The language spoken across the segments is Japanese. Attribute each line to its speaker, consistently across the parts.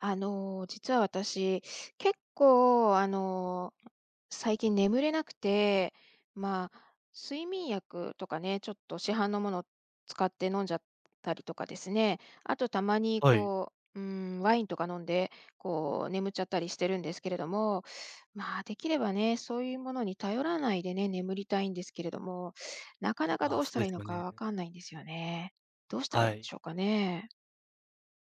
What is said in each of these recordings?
Speaker 1: 実は私、結構、最近眠れなくて、まあ、睡眠薬とかね、ちょっと市販のものを使って飲んじゃったりとかですね、あとたまに
Speaker 2: はい。
Speaker 1: こう、うん、ワインとか飲んで、こう、眠っちゃったりしてるんですけれども、まあ、できればね、そういうものに頼らないでね、眠りたいんですけれども、なかなか
Speaker 2: あ
Speaker 1: ど
Speaker 2: あ、
Speaker 1: うし
Speaker 2: そう
Speaker 1: た
Speaker 2: で
Speaker 1: らいい
Speaker 2: す
Speaker 1: の
Speaker 2: よ
Speaker 1: か
Speaker 2: ね。
Speaker 1: わかんないんですよね。どうしたらい
Speaker 2: は
Speaker 1: いんで
Speaker 2: い。
Speaker 1: しょうかね。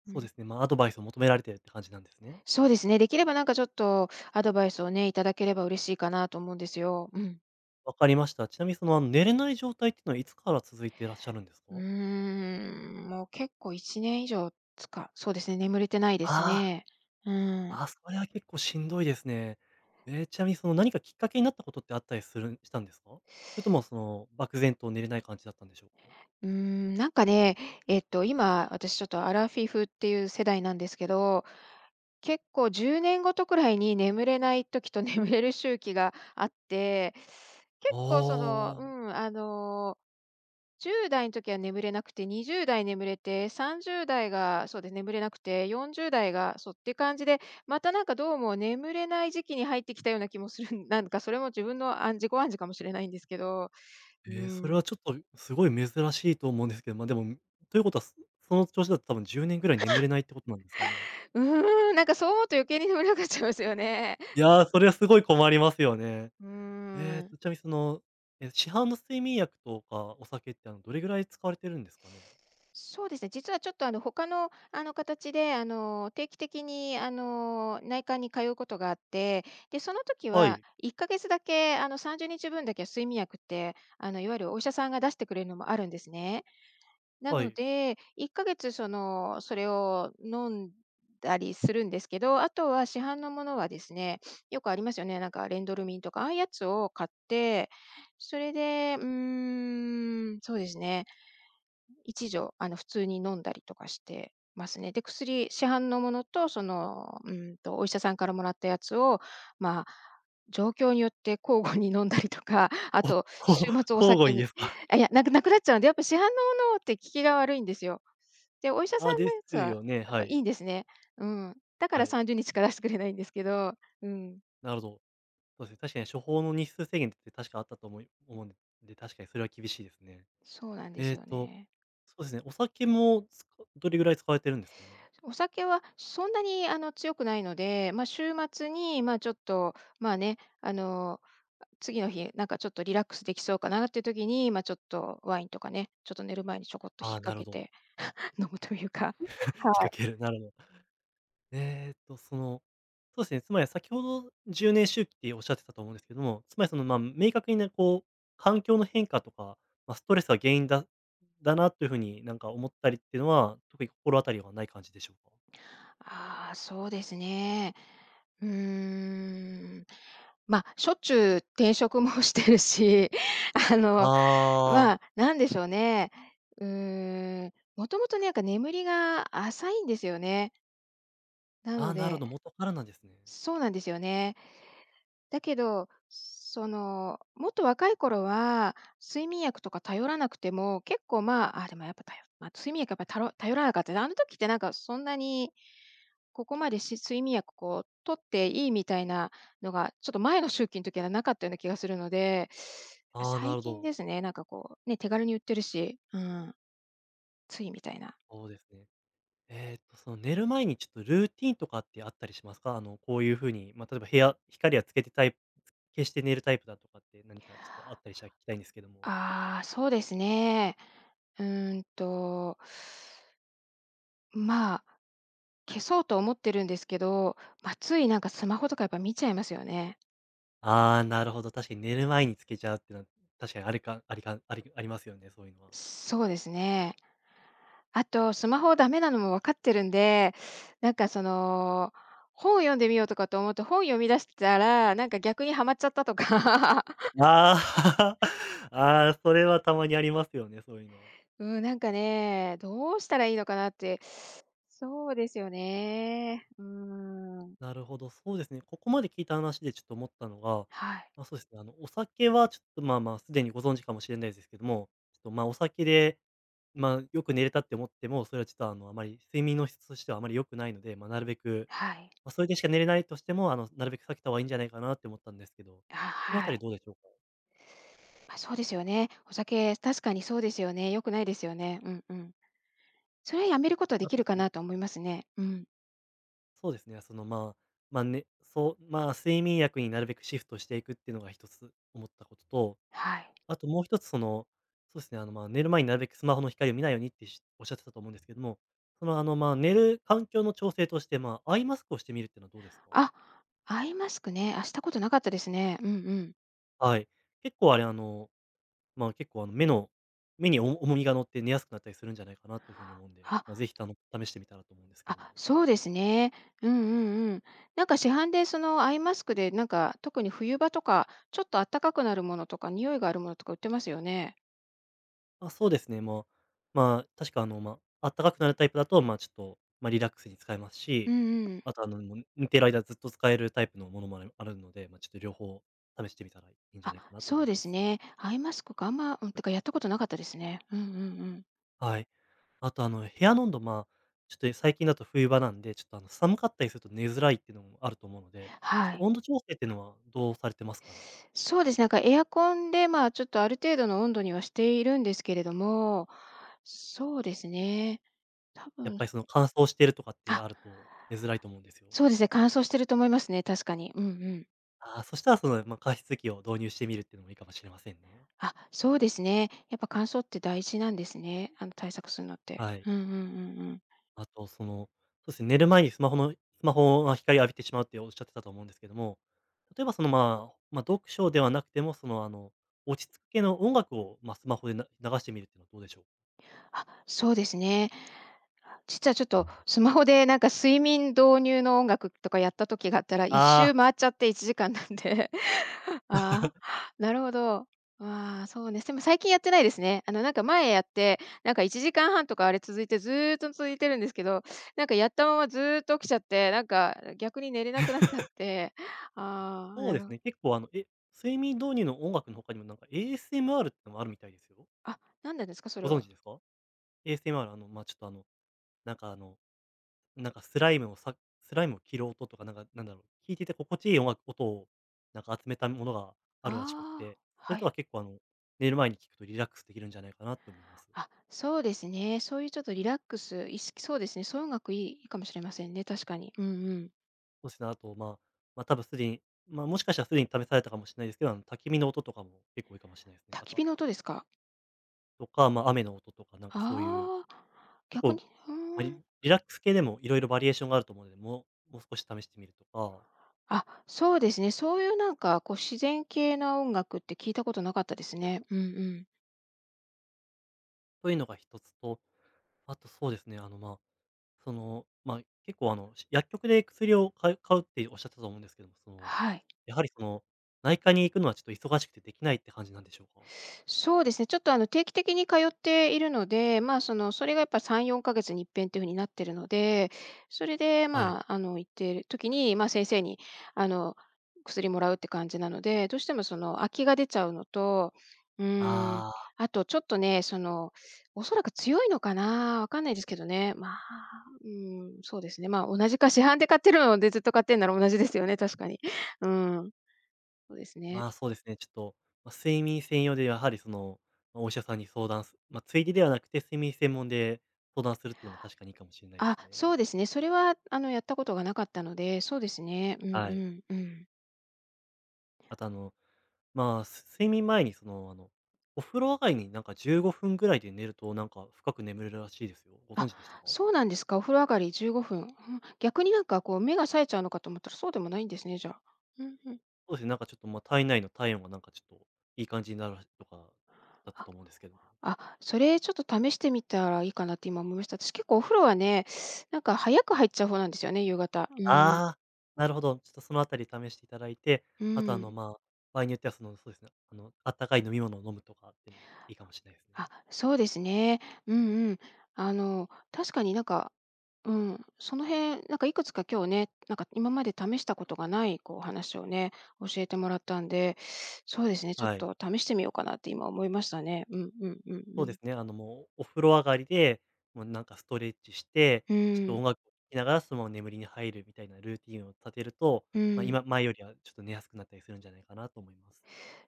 Speaker 2: そうですね、まあ、アドバイスを求められてるって感じなんですね。
Speaker 1: そうですね。できればなんかちょっとアドバイスをね、いただければ嬉しいかなと思うんですよ。うん。
Speaker 2: わかりました。ちなみにその、寝れない状態っていうのは、いつから続いていらっしゃるんですか？
Speaker 1: もう結構1年以上そうですね、眠れてないです
Speaker 2: あ
Speaker 1: ね。うん。
Speaker 2: あ、あ、それは結構しんどいですね。ちなみにその、何かきっかけになったことってあったりするしたんですか？それともその、漠然と寝れない感じだったんでしょうか？
Speaker 1: なんかね、今、私ちょっとアラフィフっていう世代なんですけど、結構10年ごとくらいに眠れない時と 眠れる周期があって、
Speaker 2: あ
Speaker 1: 結構その、う
Speaker 2: あ。
Speaker 1: ん、あの10代の時は眠れなくて、20代眠れて、30代がそうですね、眠れなくて、40代がそうっていう感じで、またなんかどうも眠れない時期に入ってきたような気もする。 なんかそれも自分の自己暗示かもしれないんですけど、うー
Speaker 2: それ
Speaker 1: ん。
Speaker 2: はちょっとすごい珍しいと思うんですけど、ま、でも、ということは、そその調子だと多分10年ぐらい眠れないってことなんですかね？
Speaker 1: うなんかそう思うと余計に眠れなくなっちゃいますよね。
Speaker 2: いやー、それはすごい困りますよね。
Speaker 1: うー
Speaker 2: えっ
Speaker 1: ん。
Speaker 2: と、ちなみにその、え、市販の睡眠薬とかお酒って、あの、どれぐらい使われてるんですかね？
Speaker 1: そうですね、実はちょっと、他の形で定期的に内科に通うことがあって、で、その時
Speaker 2: は
Speaker 1: は
Speaker 2: い、
Speaker 1: 1ヶ月だけあの30日分だけ睡眠薬っていわゆるお医者さんが出してくれるのもあるんですね。な
Speaker 2: は
Speaker 1: の
Speaker 2: い。
Speaker 1: で、1ヶ月それを飲んだりするんですけど、あとは市販のものはですね、よくありますよね、なんかレンドルミンとかああいうやつを買って、それで、うーん、そうですね。一錠、あの、普通に飲んだりとかしてますね。で、市販のものと、お医者さんからもらったやつを、まあ、状況によって交互に飲んだりとか、あ
Speaker 2: あ、
Speaker 1: と、
Speaker 2: こ
Speaker 1: 週 末お
Speaker 2: 交互
Speaker 1: 酒
Speaker 2: にで
Speaker 1: に
Speaker 2: すか？
Speaker 1: なくなっちゃうんで、やっぱ市販のものって効きが悪いんですよ。で、お医者さ
Speaker 2: あ、
Speaker 1: ん
Speaker 2: で
Speaker 1: のやつ
Speaker 2: す
Speaker 1: は、
Speaker 2: よね、
Speaker 1: やっ
Speaker 2: は
Speaker 1: ぱいい
Speaker 2: い、
Speaker 1: んですね。うん。だか
Speaker 2: は
Speaker 1: ら
Speaker 2: い。
Speaker 1: 30日から出してくれないんですけど、うん、
Speaker 2: なるほど。そうですね、確かに処方の日数制限って確かあったと思うんで、確かにそれは厳しいですね。
Speaker 1: そうなんです
Speaker 2: えっ
Speaker 1: よ
Speaker 2: と、
Speaker 1: ね。
Speaker 2: そうですね、お酒もつかどれぐらい使われてるんですかね？
Speaker 1: お酒はそんなにあの強くないので、まあ、週末に、まあ、ちょっと、まあね、あの、次の日、なんかちょっとリラックスできそうかなっていう時に、まあ、ちょっとワインとかね、ちょっと寝る前にちょこっと引っ
Speaker 2: ああー、
Speaker 1: 掛
Speaker 2: なるほ
Speaker 1: け
Speaker 2: ど。
Speaker 1: て 飲むというか。
Speaker 2: 引っ
Speaker 1: はい。
Speaker 2: 掛ける、なるほど。その、そうですね、つまり先ほど10年周期っておっしゃってたと思うんですけども、つまりその、まあ、明確にね、こう、環境の変化とか、まあ、ストレスが原因だなという風になんか思ったりっていうのは、特に心当たりはない感じでしょうか？
Speaker 1: ああ、そうですね。うーん。まあ、しょっちゅう転職も してるし、あ
Speaker 2: あ
Speaker 1: の、ま
Speaker 2: ー、
Speaker 1: あ、なんでしょうね。もともとねなんか眠りが浅いんですよね。な
Speaker 2: あ
Speaker 1: の
Speaker 2: ーなるほ
Speaker 1: で
Speaker 2: ど、元からなんですね。
Speaker 1: そうなんですよね。だけど、その、もっと若い頃は、睡眠薬とか頼らなくても、結構まあ、あ、でもやっぱたよまあ、睡眠薬やっぱ頼らなかったあの時ってなんかそんなに、ここまで睡眠薬こう取っていいみたいなのが、ちょっと前の周期の時はなかったような気がするので、
Speaker 2: あーな
Speaker 1: 最
Speaker 2: るほ
Speaker 1: 近
Speaker 2: ど。
Speaker 1: ですね、なんかこう、ね、手軽に売ってるし、うん、ついみたいな。
Speaker 2: そうですね。その寝る前にちょっとルーティンとかってあったりしますか？あの、こういう風に、まあ、例えば部屋光はつけてタイプ消して寝るタイプだとかって何かちょっとあったりしたら聞きたいんですけども。
Speaker 1: ああ、そうですね。うーんと、まあ消そうと思ってるんですけど、まあ、ついなんかスマホとかやっぱ見ちゃいますよね。
Speaker 2: ああ、なるほど、確かに寝る前につけちゃうっていうのは、確かにあるかありかありありますよね、そういうのは。
Speaker 1: そうですね。あとスマホダメなのも分かってるんで、なんかその、本読んでみようとかと思うと、本読み出したら、なんか逆にはまっちゃったとか、
Speaker 2: ああ、ああ、それはたまにありますよね、そういうの。
Speaker 1: うん、なんかね、どうしたらいいのかなって。そうですよね。うん。
Speaker 2: なるほど、そうですね。ここまで聞いた話でちょっと思ったのが、
Speaker 1: はい、
Speaker 2: まあ、そうですね、あの、お酒はちょっと、まあまあ、すでにご存知かもしれないですけども、ちょっと、まあ、お酒で、まあ、よく寝れたって思っても、それはちょっと、あの、あまり睡眠の質としてはあまり良くないので、まあ、なるべく、
Speaker 1: はい。
Speaker 2: まあ、それでしか寝れないとしても、あの、なるべく避けた方がいいんじゃないかなって思ったんですけど、
Speaker 1: あ、
Speaker 2: そのあ
Speaker 1: は
Speaker 2: たり
Speaker 1: い。
Speaker 2: どうでしょうか？
Speaker 1: まあ、そうですよね。お酒、確かにそうですよね。良くないですよね。うんうん。それはやめることはで
Speaker 2: あ
Speaker 1: き
Speaker 2: と
Speaker 1: るかなと思いますね。うん。
Speaker 2: そうですね、その、まあ、ま、ね、そう、まあ、睡眠薬になるべくシフトしていくっていうのが一つ思ったことと、
Speaker 1: はい。
Speaker 2: あともう一つその、そうですね、あの、まあ、寝る前になるべくスマホの光を見ないようにっておっしゃってたと思うんですけども、その、あの、まあ、寝る環境の調整として、まあ、アイマスクをしてみるっていうのはどうですか？
Speaker 1: あ、アイマスクね。あ、したことなかったですね。うんうん。
Speaker 2: はい。結構あれ、あの、まあ、結構、あの、目に重みが乗って寝やすくなったりするんじゃないかなというふうに思うんで、まあ、
Speaker 1: あ、
Speaker 2: ぜひ、あの試してみたらと思うんですけども。
Speaker 1: あ、そうですね。うんうんうん。なんか市販でそのアイマスクで、なんか特に冬場とか、ちょっと暖かくなるものとか、匂いがあるものとか売ってますよね。
Speaker 2: あ、そうですね。まあ、まあ、確かあの、まあ、あったかくなるタイプだと、まあ、ちょっと、まあ、リラックスに使えます
Speaker 1: う
Speaker 2: し、
Speaker 1: んうん。
Speaker 2: あとあの、もう寝てる間ずっと使えるタイプのものもあるので、まあ、ちょっと両方試してみたらいいんじ
Speaker 1: あ、
Speaker 2: ゃないかなと
Speaker 1: そ
Speaker 2: 思
Speaker 1: う
Speaker 2: い
Speaker 1: で
Speaker 2: ま
Speaker 1: す
Speaker 2: す。
Speaker 1: ね。アイマスクか、あんま、うん、てかやったことなかったですね。うんうんうん。
Speaker 2: はい。あとあの、部屋の温度、まあ、ちょっと最近だと冬場なんで、ちょっとあの、寒かったりすると寝づらいっていうのもあると思うので、ち
Speaker 1: は
Speaker 2: ょっと
Speaker 1: い。
Speaker 2: 温度調整っていうのはどうされてますかね？
Speaker 1: そうですね、なんかエアコンで、まあ、ちょっとある程度の温度にはしているんですけれども、そうですね、多
Speaker 2: やっ
Speaker 1: 分
Speaker 2: ぱりその乾燥してるとかって
Speaker 1: あ、
Speaker 2: あると寝づらいと思うんですよ。
Speaker 1: そうですね、乾燥してると思いますね、確かに。うんうん。
Speaker 2: ああ、そしたらその、まあ、加湿器を導入してみるっていうのもいいかもしれませんね。
Speaker 1: あ、そうですね。やっぱ乾燥って大事なんですね、あの、対策するのって。
Speaker 2: はい。
Speaker 1: うんうんうんうん。
Speaker 2: あと、その、そうですね、寝る前にスマホが光を浴びてしまうっておっしゃってたと思うんですけども、例えばその、まあ、まあ、読書ではなくても、その、あの、落ち着く系の音楽を、まあ、スマホで流してみるっていうのはどうでしょう？
Speaker 1: あ、そうですね。実はちょっと、スマホでなんか睡眠導入の音楽とかやった時があったら、一
Speaker 2: あ
Speaker 1: 周
Speaker 2: あ、
Speaker 1: 回っちゃって1時間なんで。ああ、なるほど。ああ、そうね、でも最近やってないですね。あのなんか前やって、なんか1時間半とかあれ続いて、ずーっと続いてるんですけど、なんかやったままずーっと起きちゃって、なんか逆に寝れなくなっちゃって、ああ、
Speaker 2: そう
Speaker 1: な
Speaker 2: で
Speaker 1: るほ
Speaker 2: す
Speaker 1: ど
Speaker 2: ね。結構、あの、え、睡眠導入の音楽の他にもなんか ASMR ってのもあるみたいですよ。
Speaker 1: あ、なんでですか？それ
Speaker 2: ご存
Speaker 1: は。
Speaker 2: 知ですか？ASMR、あの、ま、あちょっと、あの、なんか、あのなんかスライムを切る音とか、なんか、なんだろう、聞いてて心地いい音を、なんか集めたものがあ
Speaker 1: あ
Speaker 2: るらしくっ
Speaker 1: あ、
Speaker 2: て、それ
Speaker 1: はい
Speaker 2: と
Speaker 1: は
Speaker 2: は
Speaker 1: い。
Speaker 2: 結構あの、寝る前に聞くとリラックスできるんじゃないかなって思います。
Speaker 1: あ、そうですね。そういうちょっとリラックス、意識、そうですね。そういう音楽いいかもしれませんね、確かに。うんうん。
Speaker 2: そうですね、あと、まあ、まあ、多分すでに、まあ、もしかしたらすでに試されたかもしれないですけど、あの、焚き火の音とかも結構いいかもしれないですね。
Speaker 1: 焚
Speaker 2: あ
Speaker 1: き
Speaker 2: と
Speaker 1: 火の音ですか？
Speaker 2: とか、まあ、雨の音とか、なんかそういう、
Speaker 1: ああー、
Speaker 2: 結
Speaker 1: 逆
Speaker 2: 構、
Speaker 1: に、うー
Speaker 2: ま、リ
Speaker 1: ん。
Speaker 2: リラックス系でもいろいろバリエーションがあると思うので、もう少し試してみるとか、
Speaker 1: あ、そうですね。そういうなんかこう自然系な音楽って聞いたことなかったですね。うんうん。
Speaker 2: というのが一つと、あとそうですね、あの、まあその、まあ、結構あの、し薬局で薬を買うっておっしゃったと思うんですけども、その、
Speaker 1: はい。
Speaker 2: やはりその、内科に行くのはちょっと忙しくてできないって感じなんでしょうか？
Speaker 1: そうですね、ちょっとあの定期的に通っているので、まあ、その、それがやっぱ3、4ヶ月に一遍っていう風になってるので、それで、
Speaker 2: は
Speaker 1: ま
Speaker 2: い。
Speaker 1: あ、あの行ってる時に、ま、先生にあの薬もらうって感じなので、どうしてもその空きが出ちゃうのと、うーん、
Speaker 2: ああ、
Speaker 1: あとちょっとね、その、おそらく強いのかな、わかんないですけどね、まあ、うん、そうですね、まあ、同じか市販で買ってるのでずっと買ってるなら同じですよね、確かに。うん、そうですね。
Speaker 2: まあ、そうですね、ちょっと、まあ、睡眠専用でやはりその、ま、お医者さんに相談すまあ、ついでではなくて、睡眠専門で相談するっていうのも確かにいいかもしれないで
Speaker 1: あ、
Speaker 2: す
Speaker 1: そ
Speaker 2: ね。
Speaker 1: うですね。それは、あの、やったことがなかったので、そうですね。うんう
Speaker 2: はい。
Speaker 1: んうん。
Speaker 2: あとあの、まあ、す睡眠前にその、あの、お風呂上がりになんか15分ぐらいで寝ると、なんか深く眠れるらしいですよ。ご
Speaker 1: あ、
Speaker 2: 存知でしたか？
Speaker 1: そうなんですか。お風呂上がり15分。うん逆になんかこう目が冴えちゃうのかと思ったらそうでもないんですね、じゃあ。うんうん。
Speaker 2: そうですね、なんかちょっと、ま、体内の体温がなんかちょっと、いい感じになるとかだった
Speaker 1: あ、
Speaker 2: と思うんですけども。
Speaker 1: あ、それちょっと試してみたらいいかなって今思いました。私結構お風呂はね、なんか早く入っちゃう方なんですよね、夕方。うんうん。
Speaker 2: ああ、なるほど。ちょっとそのあたり試していただいて、
Speaker 1: う
Speaker 2: あとあの、
Speaker 1: ん。
Speaker 2: まあ、場合によってはその、そうですね、あの、あったかい飲み物を飲むとかっていうのもいいかもしれないです
Speaker 1: あ、
Speaker 2: ね。
Speaker 1: そうですね。うんうん。あの、確かになんかうん、その辺、なんかいくつか今日ね、なんか今まで試したことがないこうお話をね、教えてもらったんで、そうですね、ちょっ
Speaker 2: はい。
Speaker 1: と試してみようかなって今思いましたね。うんうんうん
Speaker 2: そ
Speaker 1: う
Speaker 2: うで
Speaker 1: ん。
Speaker 2: すね、あの、もうお風呂上がりで、もうなんかストレッチして、
Speaker 1: う
Speaker 2: ちょっと
Speaker 1: ん、
Speaker 2: 音楽を聴きながらそのまま眠りに入るみたいなルーティンを立てると、
Speaker 1: う
Speaker 2: まあ、
Speaker 1: ん。
Speaker 2: 今前よりはちょっと寝やすくなったりするんじゃないかなと思います。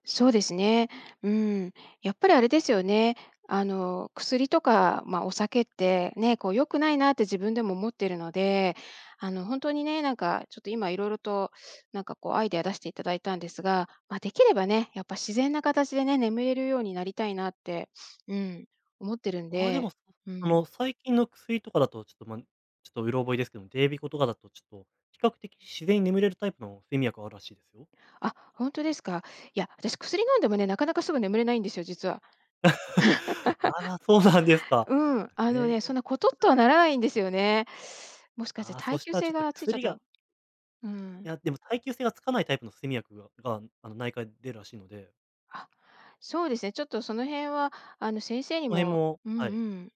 Speaker 1: そうですね。うん。やっぱりあれですよね。あの、薬とか、まあ、お酒って、ね、こう良くないなって自分でも思ってるので、あの、本当にね、なんかちょっと今いろいろと、なんかこうアイデア出していただいたんですが、まあ、できればね、やっぱ自然な形でね、眠れるようになりたいなって、うん、思ってるん
Speaker 2: ああ、で
Speaker 1: で。
Speaker 2: も、そ
Speaker 1: う
Speaker 2: あ
Speaker 1: ん。
Speaker 2: の、最近の薬とかだと、ちょっと、ま、ちょっとうろ覚えですけども、デイビコとかだと、ちょっと、比較的自然に眠れるタイプの睡眠薬があるらしいですよ。
Speaker 1: あ、本当ですか。いや、私薬飲んでもね、なかなかすぐ眠れないんですよ、実は。
Speaker 2: あら、そうなんですか。
Speaker 1: うん、あの
Speaker 2: え
Speaker 1: ね、そん
Speaker 2: え。
Speaker 1: なコトッと
Speaker 2: そ
Speaker 1: はならないんですよね。もしかして
Speaker 2: ああ、そ
Speaker 1: 耐
Speaker 2: し
Speaker 1: 久
Speaker 2: たら
Speaker 1: 性
Speaker 2: ちょっと
Speaker 1: がついちゃっ
Speaker 2: 薬
Speaker 1: たの
Speaker 2: が
Speaker 1: う
Speaker 2: い
Speaker 1: ん。
Speaker 2: や、でも耐久性がつかないタイプの睡眠薬が、あの、内科で出るらしいので、
Speaker 1: あ、そうですね、ちょっとその辺は、あの、先生に
Speaker 2: その辺
Speaker 1: も
Speaker 2: も
Speaker 1: うんう
Speaker 2: はい、
Speaker 1: ん。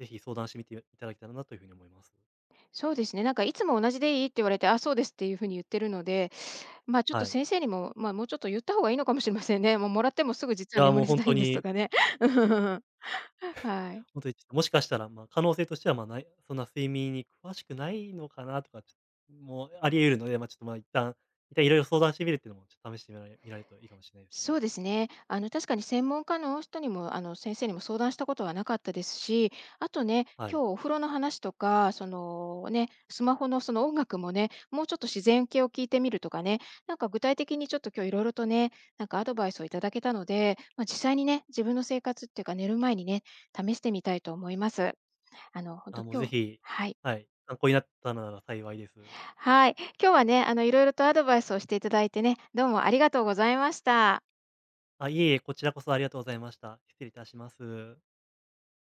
Speaker 2: ぜひ相談してみていただけたらなという風に思います。
Speaker 1: そうですね、なんかいつも同じでいいって言われて、あ、そうですっていう風に言ってるので、まあ、ちょっと
Speaker 2: はい。
Speaker 1: 先生にも、まあ、もうちょっと言った方がいいのかもしれませんね。もうもらってもすぐ実
Speaker 2: い
Speaker 1: は
Speaker 2: や、
Speaker 1: 眠
Speaker 2: もう
Speaker 1: れて
Speaker 2: 本
Speaker 1: な
Speaker 2: 当
Speaker 1: いんですと
Speaker 2: に
Speaker 1: かね。はい。
Speaker 2: ほんとにちょっともしかしたら、ま、可能性としては、ま、ないそんな睡眠に詳しくないのかなとか、ちょもうあり得るので、ま、ちょっと、ま、一旦色々相談してみるっていうのも、ちょっと試してみられるといいかもしれないです
Speaker 1: そ
Speaker 2: ね。
Speaker 1: うですね。あの、確かに専門家の人にも、あの、先生にも相談したことはなかったですし、あとね、
Speaker 2: は
Speaker 1: 今
Speaker 2: い。
Speaker 1: 日お風呂の話とか、そのね、スマホのその音楽もね、もうちょっと自然系を聞いてみるとかね、なんか具体的にちょっと今日いろいろとね、なんかアドバイスをいただけたので、まあ、実際にね、自分の生活っていうか寝る前にね、試してみたいと思います。あの、本当
Speaker 2: あ、もう
Speaker 1: 今
Speaker 2: ぜ
Speaker 1: 日、
Speaker 2: ひ、
Speaker 1: はい。
Speaker 2: はい、参考になったなら幸いです。
Speaker 1: はい。今日はね、あの、いろいろとアドバイスをしていただいてね、どうもありがとうございました。
Speaker 2: あ、いえいえ、こちらこそありがとうございました。失礼いたします。